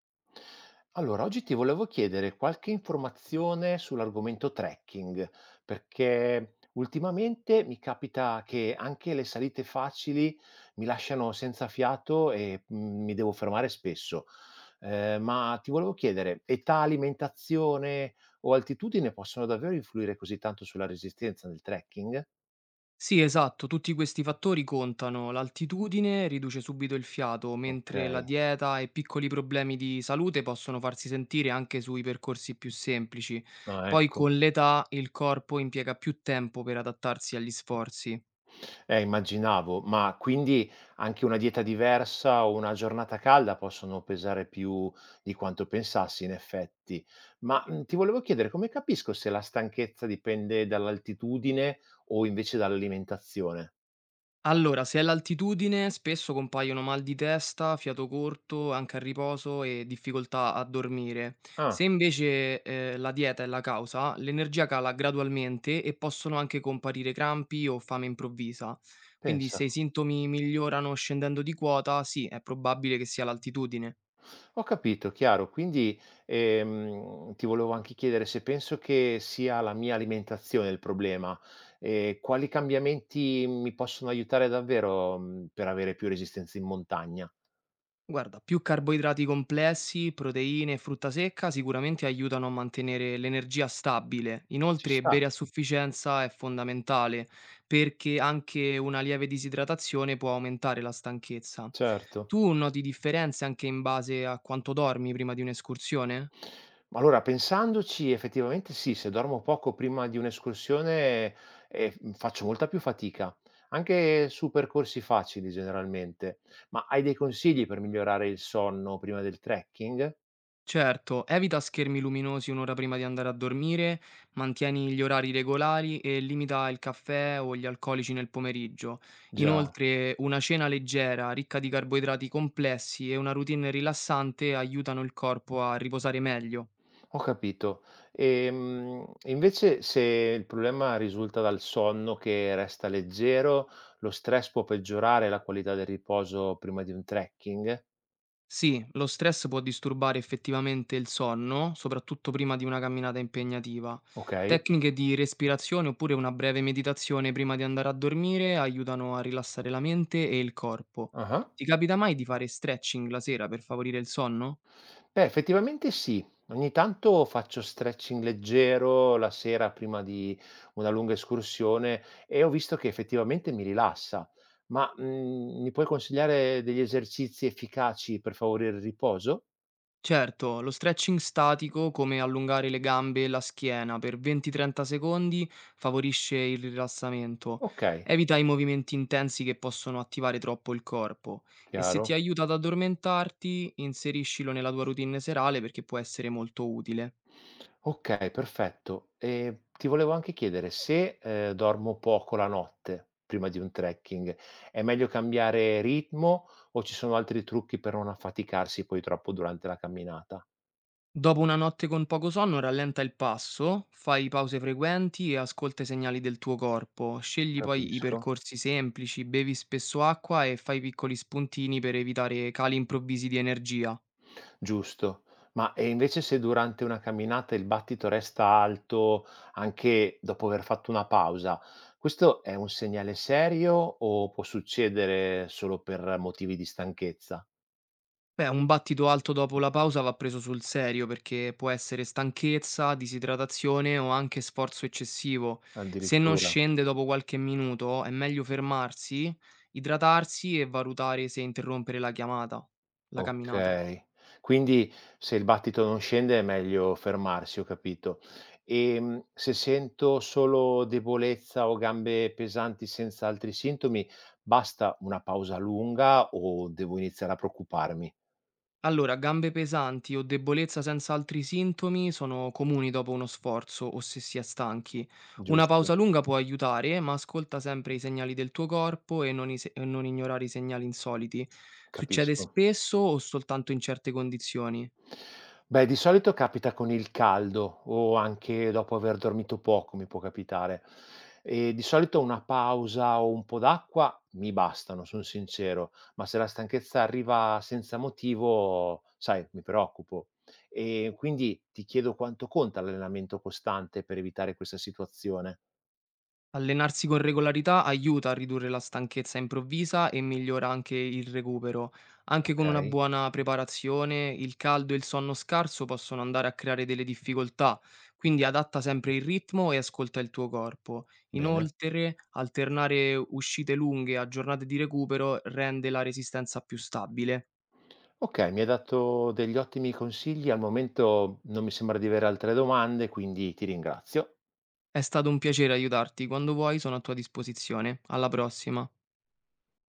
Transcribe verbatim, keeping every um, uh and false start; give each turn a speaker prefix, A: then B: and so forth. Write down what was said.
A: Allora, oggi ti volevo chiedere qualche informazione sull'argomento trekking, perché ultimamente mi capita che anche le salite facili mi lasciano senza fiato e mm, mi devo fermare spesso. Eh, ma ti volevo chiedere, età, alimentazione o altitudine possono davvero influire così tanto sulla resistenza del trekking?
B: Sì, esatto, tutti questi fattori contano. L'altitudine riduce subito il fiato,
A: Ok,
B: mentre la dieta e piccoli problemi di salute possono farsi sentire anche sui percorsi più semplici.
A: ah,
B: Poi
A: ecco.
B: con l'età il corpo impiega più tempo per adattarsi agli sforzi.
A: Eh, immaginavo, ma quindi anche una dieta diversa o una giornata calda possono pesare più di quanto pensassi, in effetti. Ma mm, ti volevo chiedere, come capisco se la stanchezza dipende dall'altitudine o invece dall'alimentazione?
B: Allora, se è l'altitudine spesso compaiono mal di testa, fiato corto, anche a riposo e difficoltà a dormire. Se
A: Ah,
B: invece, ehm, la dieta è la causa, l'energia cala gradualmente e possono anche comparire crampi o fame improvvisa. Quindi
A: pensa.
B: se i sintomi migliorano scendendo di quota, sì, è probabile che sia l'altitudine.
A: Ho capito, chiaro. Quindi ehm, ti volevo anche chiedere, se penso che sia la mia alimentazione il problema, e quali cambiamenti mi possono aiutare davvero mm, per avere più resistenza in montagna?
B: Guarda, più carboidrati complessi, proteine e frutta secca sicuramente aiutano a mantenere l'energia stabile.
A: Ci
B: Inoltre,
A: sta,
B: bere a sufficienza è fondamentale perché anche una lieve disidratazione può aumentare la stanchezza.
A: certo.
B: Tu noti differenze anche in base a quanto dormi prima di un'escursione?
A: Ma allora, pensandoci, effettivamente sì, se dormo poco prima di un'escursione, ehm, f faccio molta più fatica, anche su percorsi facili generalmente. Ma hai dei consigli per migliorare il sonno prima del trekking?
B: Certo, evita schermi luminosi un'ora prima di andare a dormire, mantieni gli orari regolari e limita il caffè o gli alcolici nel pomeriggio.
A: Già,
B: Inoltre, una cena leggera, ricca di carboidrati complessi e una routine rilassante aiutano il corpo a riposare meglio.
A: ho capito. Ehm, e invece, se il problema risulta dal sonno che resta leggero, lo stress può peggiorare la qualità del riposo prima di un trekking?
B: Sì, lo stress può disturbare effettivamente il sonno, soprattutto prima di una camminata impegnativa.
A: Okay.
B: Tecniche di respirazione oppure una breve meditazione prima di andare a dormire aiutano a rilassare la mente e il corpo.
A: Ah-ah.
B: Ti capita mai di fare stretching la sera per favorire il sonno?
A: Beh, effettivamente sì. Ogni tanto faccio stretching leggero la sera prima di una lunga escursione e ho visto che effettivamente mi rilassa. Ma, mhmm, mi puoi consigliare degli esercizi efficaci per favorire il riposo?
B: Certo, lo stretching statico, come allungare le gambe e la schiena per venti trenta secondi, favorisce il rilassamento.
A: Okay,
B: Evita i movimenti intensi che possono attivare troppo il corpo e se ti
A: chiaro.
B: aiuta ad addormentarti, inseriscilo nella tua routine serale perché può essere molto utile.
A: Okay, perfetto. E ti volevo anche chiedere, se, ehm, dormo poco la notte prima di un trekking, è meglio cambiare ritmo o ci sono altri trucchi per non affaticarsi poi troppo durante la camminata?
B: Dopo una notte con poco sonno, rallenta il passo, fai pause frequenti e ascolta i segnali del tuo corpo. Scegli poi i
A: Capisco.
B: percorsi semplici, bevi spesso acqua e fai piccoli spuntini per evitare cali improvvisi di energia.
A: Giusto. Ma, e invece, se durante una camminata il battito resta alto anche dopo aver fatto una pausa, questo è un segnale serio o può succedere solo per motivi di stanchezza?
B: Beh, un battito alto dopo la pausa va preso sul serio perché può essere stanchezza, disidratazione o anche sforzo eccessivo. Se non
A: Addirittura.
B: scende dopo qualche minuto, è meglio fermarsi, idratarsi e valutare se interrompere la chiamata, la camminata.
A: Okay. Quindi, se il battito non scende, è meglio fermarsi, ho capito. Ehm, se sento solo debolezza o gambe pesanti senza altri sintomi, basta una pausa lunga o devo iniziare a preoccuparmi?
B: Allora, gambe pesanti o debolezza senza altri sintomi sono comuni dopo uno sforzo o se si è stanchi. Una
A: Giusto,
B: pausa lunga può aiutare, ma ascolta sempre i segnali del tuo corpo e non, i se- e non ignorare i segnali insoliti. Succede
A: capisco.
B: spesso o soltanto in certe condizioni?
A: Beh, di solito capita con il caldo o anche dopo aver dormito poco mi può capitare. E di solito una pausa o un po' d'acqua mi bastano, son sincero, ma se la stanchezza arriva senza motivo, sai, mi preoccupo. E quindi ti chiedo quanto conta l'allenamento costante per evitare questa situazione.
B: Allenarsi con regolarità aiuta a ridurre la stanchezza improvvisa e migliora anche il recupero. Anche con una
A: Okay,
B: buona preparazione, il caldo e il sonno scarso possono andare a creare delle difficoltà, quindi adatta sempre il ritmo e ascolta il tuo corpo.
A: bene.
B: Inoltre, alternare uscite lunghe a giornate di recupero rende la resistenza più stabile.
A: Okay, mi hai dato degli ottimi consigli. Al momento non mi sembra di avere altre domande, quindi ti ringrazio.
B: È stato un piacere aiutarti, quando vuoi sono a tua disposizione. Alla prossima.